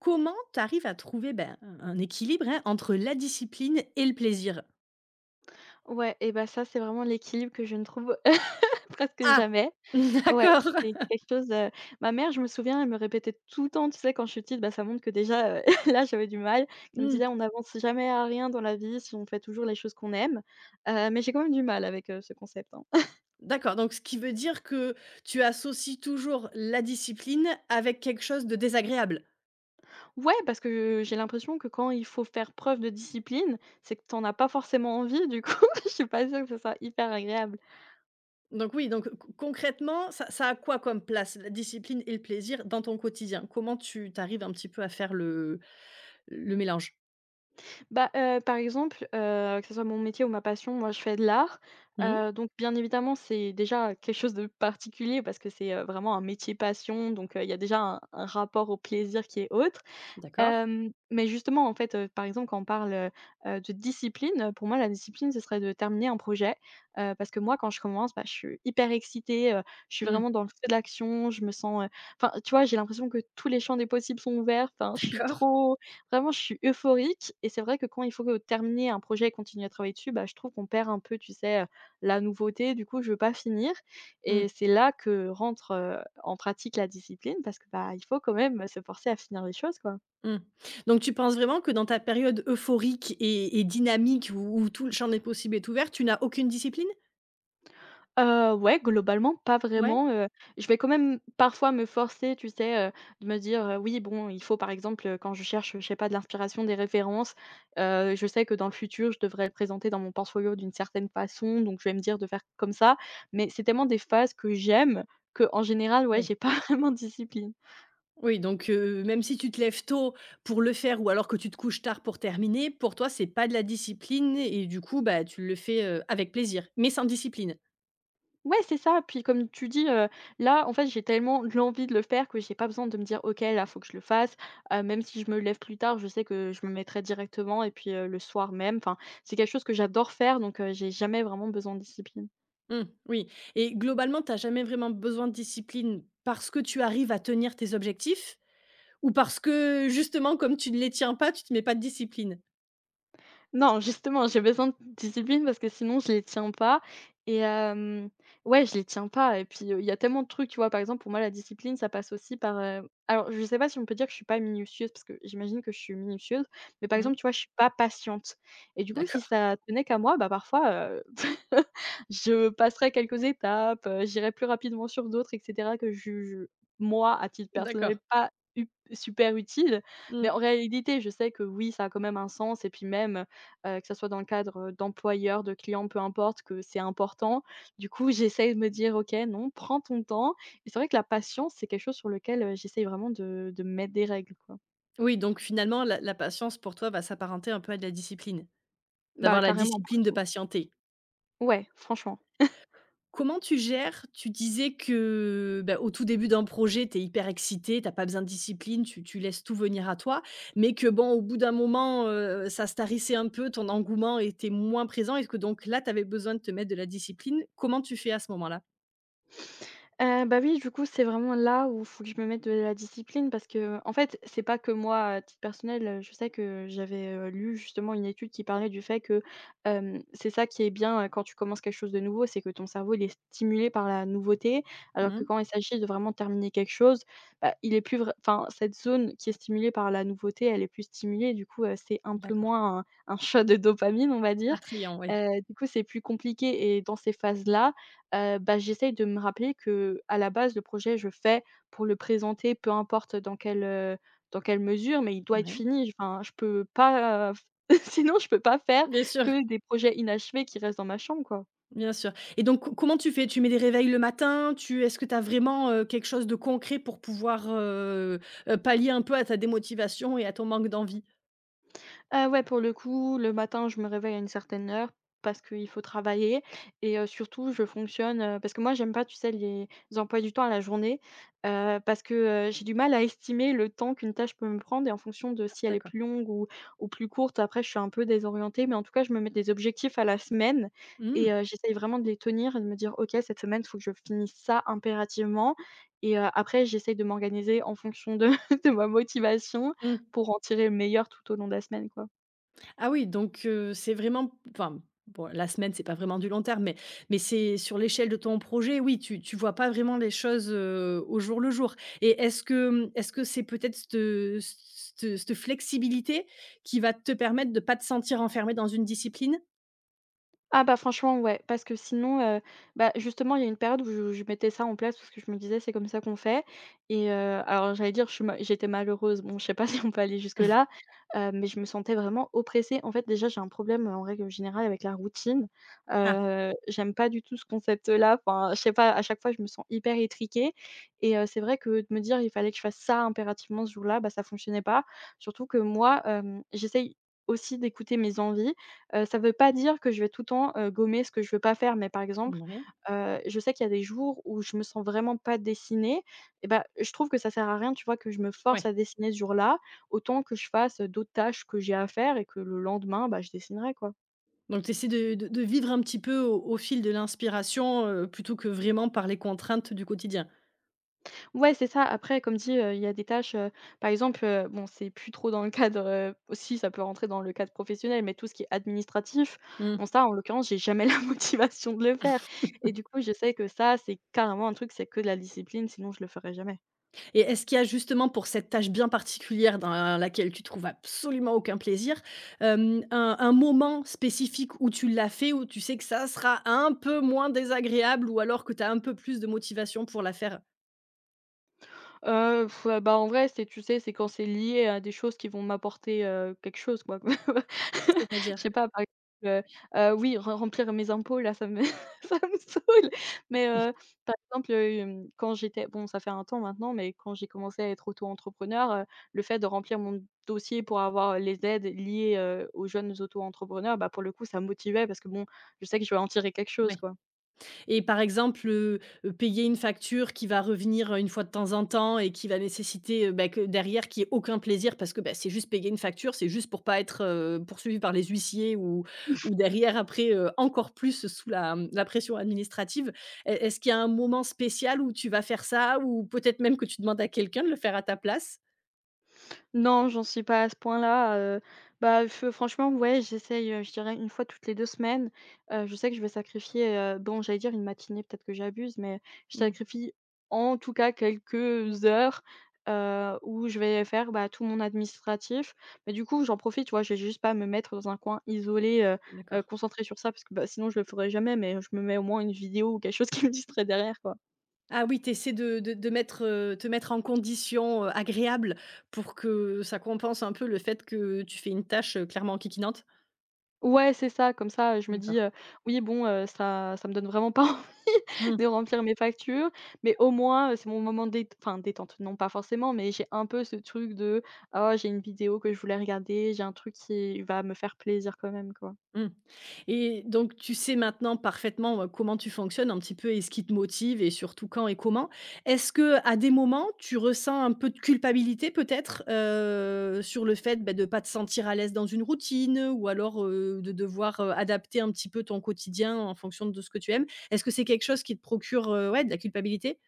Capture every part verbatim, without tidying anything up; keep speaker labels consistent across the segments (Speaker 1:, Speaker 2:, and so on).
Speaker 1: Comment tu arrives à trouver, ben, un équilibre, hein, entre la discipline et le plaisir?
Speaker 2: Ouais et bah, ça, c'est vraiment l'équilibre que je ne trouve presque
Speaker 1: Ah!
Speaker 2: jamais. Ouais,
Speaker 1: D'accord.
Speaker 2: c'est quelque chose, heu ma mère, je me souviens, elle me répétait tout le temps, tu sais, quand je suis petite, bah, ça montre que déjà, heu, là, j'avais du mal. Elle me
Speaker 1: Mmh.
Speaker 2: disait: «On n'avance jamais à rien dans la vie si on fait toujours les choses qu'on aime». Heu, mais j'ai quand même du mal avec, heu, ce concept, hein.
Speaker 1: D'accord, donc ce qui veut dire que tu associes toujours la discipline avec quelque chose de désagréable?
Speaker 2: Ouais, parce que j'ai l'impression que quand il faut faire preuve de discipline, c'est que t'en as pas forcément envie, du coup, je suis pas sûre que ce soit hyper agréable.
Speaker 1: Donc oui, donc con concrètement, ça ça a quoi comme place, la discipline et le plaisir dans ton quotidien? Comment tu tu arrives un petit peu à faire le le mélange?
Speaker 2: Bah, heu, par exemple, heu, que ce soit mon métier ou ma passion, moi je fais de l'art.
Speaker 1: Mmh.
Speaker 2: Heu, donc bien évidemment, c'est déjà quelque chose de particulier parce que c'est, heu, vraiment un métier passion, donc heu, il y a déjà un un rapport au plaisir qui est autre.
Speaker 1: D'accord.
Speaker 2: Hem, mais justement, en fait, heu, par exemple, quand on parle, heu heu, de discipline, heu, pour moi, la discipline, ce serait de terminer un projet, heu, parce que moi, quand je commence, bah, je suis hyper excitée, heu, je suis
Speaker 1: Mmh.
Speaker 2: vraiment dans le feu de l'action, je me sens, heu enfin, tu vois, j'ai l'impression que tous les champs des possibles sont ouverts, enfin, je suis
Speaker 1: D'accord.
Speaker 2: trop vraiment, je suis euphorique et c'est vrai que quand il faut, heu, terminer un projet et continuer à travailler dessus, bah, je trouve qu'on perd un peu, tu sais, heu, la nouveauté, du coup, je veux pas finir
Speaker 1: Mmh.
Speaker 2: et c'est là que rentre, heu, en pratique la discipline parce que, bah, il faut quand même, se forcer à finir les choses, quoi.
Speaker 1: Mmh. Donc tu penses vraiment que dans ta période euphorique et et dynamique où où tout le champ des possibles est ouvert, tu n'as aucune discipline?
Speaker 2: Heu, ouais, globalement, pas
Speaker 1: Ouais?
Speaker 2: vraiment, heu, je vais quand même parfois me forcer, tu sais, heu, de me dire, heu: «Oui, bon, il faut» par exemple, heu, quand je cherche, je sais pas, de l'inspiration, des références, heu, je sais que dans le futur, je devrais le présenter dans mon portfolio d'une certaine façon, donc je vais me dire de faire comme ça. Mais c'est tellement des phases que j'aime qu'en général, ouais,
Speaker 1: Oui.
Speaker 2: j'ai pas vraiment de discipline.
Speaker 1: Oui, donc heu, même si tu te lèves tôt pour le faire ou alors que tu te couches tard pour terminer, pour toi, c'est pas de la discipline et du coup, bah, tu le fais, heu, avec plaisir, mais sans discipline?
Speaker 2: Ouais, c'est ça. Puis comme tu dis, heu, là, en fait, j'ai tellement de l'envie de le faire que j'ai pas besoin de me dire: «OK, là, faut que je le fasse». Heu, même si je me lève plus tard, je sais que je me mettrai directement et puis, heu, le soir même, enfin, c'est quelque chose que j'adore faire, donc, heu, j'ai jamais vraiment besoin de discipline.
Speaker 1: Mmh, oui et globalement, tu as jamais vraiment besoin de discipline parce que tu arrives à tenir tes objectifs? Ou parce que justement, comme tu ne les tiens pas, tu te mets pas de discipline?
Speaker 2: Non, justement, j'ai besoin de discipline parce que sinon je les tiens pas et hem, ouais, je les tiens pas et puis, heu, il y a tellement de trucs, tu vois? Par exemple, pour moi, la discipline, ça passe aussi par, heu alors je sais pas si on peut dire que je suis pas minutieuse parce que j'imagine que je suis minutieuse, mais par
Speaker 1: Mmh.
Speaker 2: exemple, tu vois, je suis pas patiente et du coup, si
Speaker 1: D'accord,
Speaker 2: ça tenait qu'à moi, bah, parfois, heu, je passerais quelques étapes, heu, j'irais plus rapidement sur d'autres et cetera que je juge, moi, à titre personnel,
Speaker 1: d'accord.
Speaker 2: pas up super utile. Mais en
Speaker 1: Mmh.
Speaker 2: réalité, je sais que oui, ça a quand même un sens et puis même, heu, que ça soit dans le cadre, heu, d'employeur, de client, peu importe, que c'est important. Du coup, j'essaye de me dire: «OK, non, prends ton temps» et c'est vrai que la patience, c'est quelque chose sur lequel, heu, j'essaye vraiment de de mettre des règles, quoi.
Speaker 1: Oui, donc finalement la la patience pour toi va s'apparenter un peu à de la discipline? D'avoir
Speaker 2: Bah,
Speaker 1: la
Speaker 2: carrément, pour
Speaker 1: discipline
Speaker 2: le
Speaker 1: de
Speaker 2: coup.
Speaker 1: patienter?
Speaker 2: Ouais, franchement.
Speaker 1: Comment tu gères tu disais que, bah, au tout début d'un projet, tu es hyper excité, t'as pas besoin de discipline, tu tu laisses tout venir à toi, mais que bon, au bout d'un moment, heu, ça starissait un peu, ton engouement était moins présent et que donc là, tu avais besoin de te mettre de la discipline. Comment tu fais à ce moment-là?
Speaker 2: Heu, bah, oui, du coup, c'est vraiment là où il faut que je me mette de la discipline parce que, en fait, c'est pas que moi à titre personnel, heu, je sais que j'avais, heu, lu justement une étude qui parlait du fait que, hem, c'est ça qui est bien, heu, quand tu commences quelque chose de nouveau, c'est que ton cerveau il est stimulé par la nouveauté, alors que
Speaker 1: Mmh,
Speaker 2: quand il s'agit de vraiment terminer quelque chose, bah, il est plus vr enfin, cette zone qui est stimulée par la nouveauté, elle est plus stimulée, du coup, heu, c'est un peu
Speaker 1: d'accord.
Speaker 2: moins un un shot de dopamine, on va dire.
Speaker 1: Attrayant, oui.
Speaker 2: Heu, du coup, c'est plus compliqué et dans ces phases-là, Heu, bah, j'essaye de me rappeler que à la base, le projet, je fais pour le présenter, peu importe dans quelle, heu, dans quelle mesure, mais il doit être
Speaker 1: Ouais.
Speaker 2: fini. Enfin, je peux pas, heu, sinon je peux pas faire
Speaker 1: Bien sûr,
Speaker 2: que des projets inachevés qui restent dans ma chambre, quoi.
Speaker 1: bien sûr et donc co comment tu fais? Tu mets des réveils le matin? Tu est-ce que tu as vraiment, heu, quelque chose de concret pour pouvoir, heu heu, pallier un peu à ta démotivation et à ton manque d'envie?
Speaker 2: Ah ouais, pour le coup, le matin, je me réveille à une certaine heure parce qu'il faut travailler et heu, surtout, je fonctionne, heu, parce que moi, j'aime pas, tu sais, les emplois du temps à la journée, heu, parce que, heu, j'ai du mal à estimer le temps qu'une tâche peut me prendre et en fonction de
Speaker 1: Ah,
Speaker 2: si elle est
Speaker 1: d'accord.
Speaker 2: plus longue ou ou plus courte, après, je suis un peu désorientée, mais en tout cas, je me mets des objectifs à la semaine
Speaker 1: Mmh.
Speaker 2: et heu, j'essaye vraiment de les tenir et de me dire: «OK, cette semaine, il faut que je finisse ça impérativement» et heu, après, j'essaye de m'organiser en fonction de de ma motivation
Speaker 1: Mmh.
Speaker 2: pour en tirer le meilleur tout au long de la semaine, quoi.
Speaker 1: Ah oui, donc heu, c'est vraiment enfin, bon, la semaine, c'est pas vraiment du long terme, mais mais c'est sur l'échelle de ton projet, oui, tu tu vois pas vraiment les choses, heu, au jour le jour et est-ce que, mmh, est-ce que c'est peut-être cette c c'te flexibilité qui va te permettre de pas te sentir enfermé dans une discipline?
Speaker 2: Ah bah, franchement, ouais, parce que sinon, heu, bah, justement, il y a une période où je je mettais ça en place parce que je me disais: «C'est comme ça qu'on fait» et heu, alors j'allais dire je suis ma j'étais malheureuse, bon, je sais pas si on peut aller jusque-là, heu, mais je me sentais vraiment oppressée. En fait, déjà, j'ai un problème, heu, en règle générale, avec la routine.
Speaker 1: Ah.
Speaker 2: Heu, j'aime pas du tout ce concept-là, enfin, je sais pas, à chaque fois, je me sens hyper étriquée et heu, c'est vrai que de me dire: «Il fallait que je fasse ça impérativement ce jour-là», bah, ça fonctionnait pas. Surtout que moi, hem, j'essaye aussi d'écouter mes envies. Heu, ça ne veut pas dire que je vais tout le temps, heu, gommer ce que je veux pas faire, mais par exemple,
Speaker 1: Mouais.
Speaker 2: heu, je sais qu'il y a des jours où je me sens vraiment pas dessiner et ben je trouve que ça sert à rien, tu vois, que je me force
Speaker 1: Ouais.
Speaker 2: à dessiner ce jour-là. Autant que je fasse, d'autres tâches que j'ai à faire et que le lendemain, bah, je dessinerai, quoi.
Speaker 1: Donc tu essaies de de de vivre un petit peu au au fil de l'inspiration, heu, plutôt que vraiment par les contraintes du quotidien?
Speaker 2: Ouais, c'est ça. Après, comme dit, heu, il y a des tâches, heu, par exemple, heu, bon, c'est plus trop dans le cadre, heu si, ça peut rentrer dans le cadre professionnel, mais tout ce qui est administratif,
Speaker 1: Mmh.
Speaker 2: bon, ça, en l'occurrence, j'ai jamais la motivation de le faire et du coup, je sais que ça, c'est carrément un truc, c'est que de la discipline, sinon je le ferais jamais.
Speaker 1: Et est-ce qu'il y a justement pour cette tâche bien particulière dans laquelle tu trouves absolument aucun plaisir, hem, un un moment spécifique où tu l'as fait, où tu sais que ça sera un peu moins désagréable ou alors que tu as un peu plus de motivation pour la faire?
Speaker 2: Heu, ouais, bah, en vrai, c'est tu sais, c'est quand c'est lié à des choses qui vont m'apporter, heu, quelque chose, quoi.
Speaker 1: C'est-à-dire?
Speaker 2: Je sais pas, par exemple, heu heu, oui, re remplir mes impôts, là, ça me ça me saoule, mais heu, par exemple, hem, quand j'étais bon, ça fait un temps maintenant, mais quand j'ai commencé à être auto-entrepreneur, heu, le fait de remplir mon dossier pour avoir les aides liées, heu, aux jeunes auto-entrepreneurs, bah, pour le coup, ça me motivait parce que, bon, je sais que je vais en tirer quelque
Speaker 1: Ouais.
Speaker 2: chose, quoi.
Speaker 1: Et par exemple, heu, heu, payer une facture qui va revenir, heu, une fois de temps en temps et qui va nécessiter, heu, bah, que derrière qu'il y ait aucun plaisir parce que, bah, c'est juste payer une facture, c'est juste pour pas être, heu, poursuivi par les huissiers ou ou derrière après, heu, encore plus sous la, mmh, la pression administrative. Est est-ce qu'il y a un moment spécial où tu vas faire ça? Ou peut-être même que tu demandes à quelqu'un de le faire à ta place?
Speaker 2: Non, j'en suis pas à ce point-là, heu, bah, f franchement, ouais, j'essaye, heu, je dirais une fois toutes les deux semaines. Heu, je sais que je vais sacrifier, heu, bon, j'allais dire une matinée, peut-être que j'abuse, mais je
Speaker 1: Mmh,
Speaker 2: sacrifie en tout cas quelques heures, heu, où je vais faire, bah, tout mon administratif. Mais du coup, j'en profite, tu vois? J'ai juste pas à me mettre dans un coin isolé, heu heu,
Speaker 1: d'accord.
Speaker 2: concentrée sur ça parce que, bah, sinon je le ferai jamais, mais je me mets au moins une vidéo ou quelque chose qui me distrait derrière, quoi.
Speaker 1: Ah oui, tu essaies de de de mettre, heu, te mettre en condition, heu, agréable pour que ça compense un peu le fait que tu fais une tâche, heu, clairement kikinante?
Speaker 2: Ouais, c'est ça, comme ça, je me dis,
Speaker 1: D'accord.
Speaker 2: heu: «Oui bon, heu, ça ça me donne vraiment pas envie
Speaker 1: Mmh,
Speaker 2: de remplir mes factures, mais au moins, heu, c'est mon moment dét enfin détente, non pas forcément, mais j'ai un peu ce truc de: "Oh j'ai une vidéo que je voulais regarder, j'ai un truc qui va me faire plaisir quand même", quoi».
Speaker 1: mmh. Et donc, tu sais maintenant parfaitement, heu, comment tu fonctionnes un petit peu et ce qui te motive et surtout quand et comment. Est-ce que à des moments, tu ressens un peu de culpabilité peut-être, heu, sur le fait, bah, de ne pas te sentir à l'aise dans une routine ou alors, heu, de devoir, heu, adapter un petit peu ton quotidien en fonction de ce que tu aimes? Est-ce que c'est quelque chose qui te procure, heu, ouais, de la culpabilité?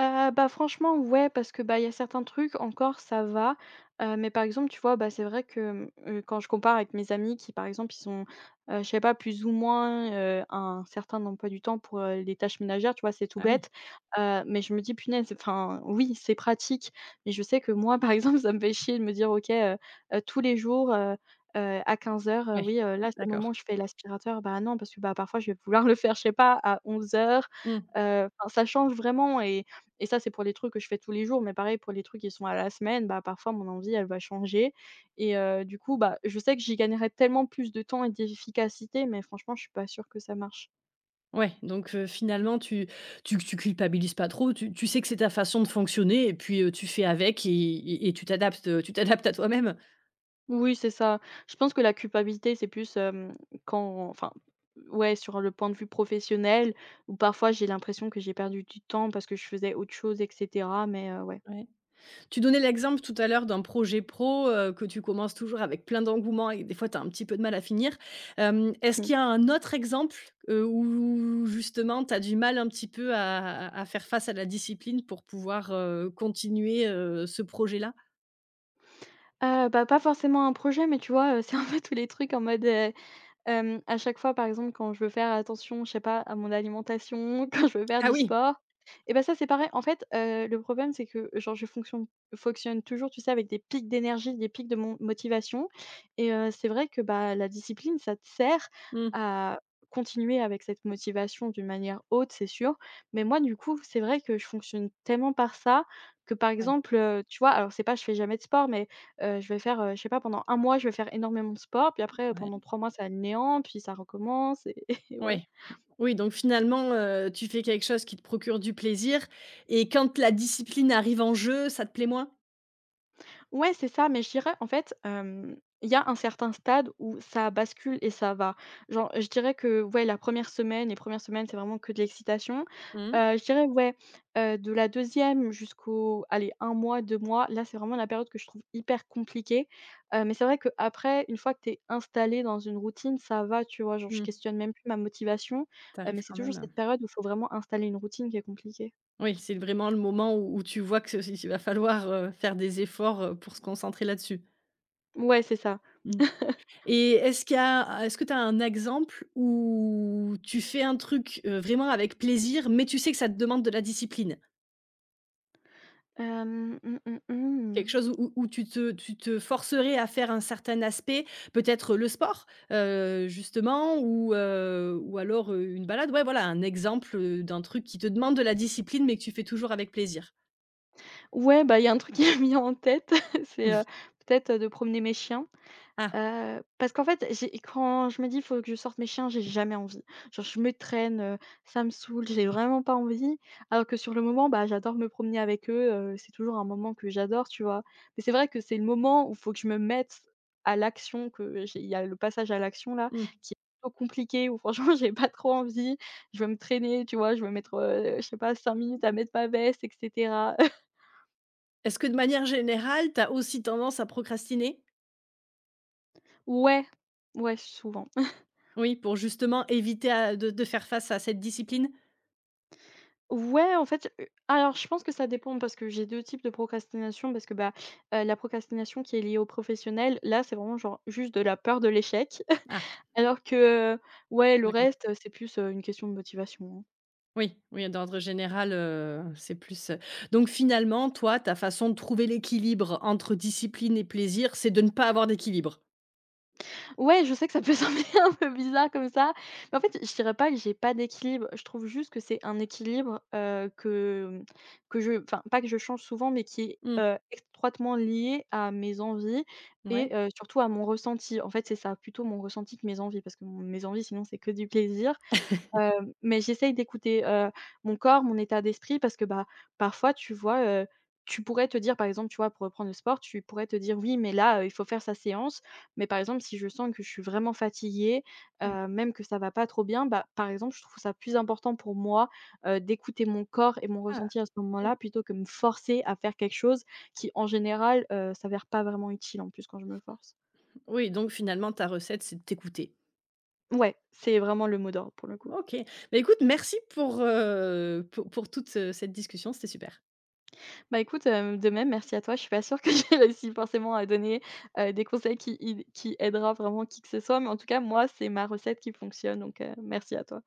Speaker 2: Heu, bah, franchement, ouais, parce que, bah, il y a certains trucs encore ça va, heu, mais par exemple, tu vois, bah, c'est vrai que, mmh, quand je compare avec mes amis qui, par exemple, ils ont, heu, je sais pas, plus ou moins, heu, un certain emploi du temps pour, heu, les tâches ménagères, tu vois? C'est tout
Speaker 1: Ah oui,
Speaker 2: bête, heu, mais je me dis: «Punaise», enfin, oui, c'est pratique, mais je sais que moi, par exemple, ça me fait chier de me dire: «OK, heu heu, tous les jours, heu heu, à quinze heures, heu,
Speaker 1: ouais.
Speaker 2: oui, heu, là, c'est le
Speaker 1: D'accord.
Speaker 2: moment où je fais l'aspirateur». Bah, non, parce que, bah, parfois, je vais vouloir le faire, je sais pas, à onze heures,
Speaker 1: Mmh.
Speaker 2: heu, enfin, ça change vraiment et et ça, c'est pour les trucs que je fais tous les jours, mais pareil pour les trucs qui sont à la semaine, bah, parfois mon envie, elle va changer et heu, du coup, bah, je sais que j'y gagnerais tellement plus de temps et d'efficacité, mais franchement, je suis pas sûre que ça marche.
Speaker 1: Ouais, donc heu, finalement tu tu tu culpabilises pas trop, tu tu sais que c'est ta façon de fonctionner et puis, heu, tu fais avec et et et tu t'adaptes, heu, tu t'adaptes à toi-même.
Speaker 2: Oui, c'est ça. Je pense que la culpabilité, c'est plus, hem, quand enfin, ouais, sur le point de vue professionnel où parfois j'ai l'impression que j'ai perdu du temps parce que je faisais autre chose et cetera, mais heu, ouais.
Speaker 1: Ouais. Tu donnais l'exemple tout à l'heure d'un projet pro, heu, que tu commences toujours avec plein d'engouement et des fois tu as un petit peu de mal à finir. Hem, est-ce qu'il y a un autre exemple, heu, où justement tu as du mal un petit peu à à à faire face à la discipline pour pouvoir, heu, continuer, heu, ce projet-là?
Speaker 2: Heu, bah, pas forcément un projet, mais tu vois, heu, c'est un peu tous les trucs en mode, heu Hem, à chaque fois, par exemple, quand je veux faire attention, je sais pas, à mon alimentation, quand je veux faire
Speaker 1: Ah
Speaker 2: du
Speaker 1: oui.
Speaker 2: sport et ben ça, c'est pareil. En fait, heu, le problème, c'est que, genre, je fonctionne fonctionne toujours, tu sais, avec des pics d'énergie, des pics de mon motivation et heu, c'est vrai que, bah, la discipline, ça te sert
Speaker 1: Mmh.
Speaker 2: à continuer avec cette motivation d'une manière haute, c'est sûr. Mais moi, du coup, c'est vrai que je fonctionne tellement par ça que, par
Speaker 1: Ouais,
Speaker 2: exemple, heu, tu vois, alors c'est pas je fais jamais de sport, mais Heu, je vais faire, heu, je sais pas, pendant un mois, je vais faire énormément de sport, puis après, heu,
Speaker 1: ouais.
Speaker 2: pendant trois mois, ça va être néant, puis ça recommence et et voilà.
Speaker 1: Ouais. Oui, donc finalement, heu, tu fais quelque chose qui te procure du plaisir et quand la discipline arrive en jeu, ça te plaît moins?
Speaker 2: Ouais, c'est ça, mais je dirais, en fait, hem, il y a un certain stade où ça bascule et ça va. Genre, je dirais que, ouais, la première semaine les premières semaines, c'est vraiment que de l'excitation.
Speaker 1: Mmh.
Speaker 2: Heu, je dirais, ouais, heu, de la deuxième jusqu'au allez, un mois, deux mois, là, c'est vraiment la période que je trouve hyper compliquée. Heu, mais c'est vrai qu'après, une fois que tu es installée dans une routine, ça va, tu vois? Genre, je
Speaker 1: Mmh.
Speaker 2: questionne même plus ma motivation,
Speaker 1: Ça
Speaker 2: heu, mais c'est
Speaker 1: quand
Speaker 2: toujours
Speaker 1: même,
Speaker 2: cette
Speaker 1: heu
Speaker 2: période où il faut vraiment installer une routine qui est compliquée.
Speaker 1: Oui, c'est vraiment le moment où où tu vois que si il va falloir, heu, faire des efforts, heu, pour se concentrer là-dessus.
Speaker 2: Ouais, c'est ça.
Speaker 1: Mmh et est-ce qu'il y a est-ce que tu as un exemple où tu fais un truc, heu, vraiment avec plaisir, mais tu sais que ça te demande de la discipline?
Speaker 2: Hem, mmh, mmh
Speaker 1: Quelque
Speaker 2: mh.
Speaker 1: chose où où tu te tu te forcerais à faire un certain aspect, peut-être le sport, heu, justement ou heu, ou alors, heu, une balade? Ouais, voilà, un exemple, heu, d'un truc qui te demande de la discipline, mais que tu fais toujours avec plaisir.
Speaker 2: Ouais, bah, il y a un truc qui m'a mis en tête, c'est,
Speaker 1: Mm.
Speaker 2: heu, peut-être, de promener mes chiens.
Speaker 1: Ah,
Speaker 2: Heu, parce qu'en fait, j'ai quand je me dis: il «Faut que je sorte mes chiens», j'ai jamais envie. Genre je me traîne, heu, ça me saoule, j'ai vraiment pas envie. Alors que sur le moment, bah, j'adore me promener avec eux, heu, c'est toujours un moment que j'adore, tu vois? Mais c'est vrai que c'est le moment où il faut que je me mette à l'action, que j'ai il y a le passage à l'action là,
Speaker 1: mmh.
Speaker 2: qui est plutôt compliqué, où franchement j'ai pas trop envie. Je veux me traîner, tu vois? Je veux mettre, heu, je sais pas cinq minutes à mettre ma veste et cetera.
Speaker 1: Est-ce que de manière générale, tu as aussi tendance à procrastiner?
Speaker 2: Ouais, ouais, souvent.
Speaker 1: Oui, pour justement éviter à de de faire face à cette discipline?
Speaker 2: Ouais, en fait, heu, alors je pense que ça dépend parce que j'ai deux types de procrastination parce que, bah, heu, la procrastination qui est liée au professionnel, là, c'est vraiment genre juste de la peur de l'échec.
Speaker 1: Ah,
Speaker 2: Alors que, heu, ouais, le
Speaker 1: d'accord.
Speaker 2: reste, heu, c'est plus, heu, une question de motivation, hein.
Speaker 1: Oui, oui, d'ordre général, heu, c'est plus, heu donc finalement, toi, ta façon de trouver l'équilibre entre discipline et plaisir, c'est de ne pas avoir d'équilibre?
Speaker 2: Ouais, je sais que ça peut sembler un peu bizarre comme ça, mais en fait, je dirais pas que j'ai pas d'équilibre. Je trouve juste que c'est un équilibre, heu, que, mmh, que je enfin, pas que je change souvent, mais qui est,
Speaker 1: Mmh,
Speaker 2: heu, étroitement lié à mes envies et
Speaker 1: ouais,
Speaker 2: heu, surtout à mon ressenti. En fait, c'est ça, plutôt mon ressenti que mes envies, parce que mon- mes envies, sinon, c'est que du plaisir. Hem, mais j'essaye d'écouter, heu, mon corps, mon état d'esprit parce que, bah, parfois, tu vois, heu, tu pourrais te dire, par exemple, tu vois, pour reprendre le sport, tu pourrais te dire: «Oui, mais là, heu, il faut faire sa séance». Mais par exemple, si je sens que je suis vraiment fatiguée, heu, même que ça va pas trop bien, bah, par exemple, je trouve ça plus important pour moi, heu, d'écouter mon corps et mon ressenti à ce
Speaker 1: oui.
Speaker 2: moment-là plutôt que me forcer à faire quelque chose qui, en général, heu, s'avère pas vraiment utile en plus quand je me force.
Speaker 1: Oui, donc finalement, ta recette, c'est de t'écouter.
Speaker 2: Ouais, c'est vraiment le mot d'ordre pour le coup.
Speaker 1: OK. Bah, écoute, merci pour, heu, pou pour toute, heu, cette discussion, c'était super.
Speaker 2: Bah, écoute, heu, de même, merci à toi. Je suis pas sûre que j'ai réussi forcément à donner, heu, des conseils qui qui aidera vraiment qui que ce soit, mais en tout cas, moi, c'est ma recette qui fonctionne, donc heu, merci à toi.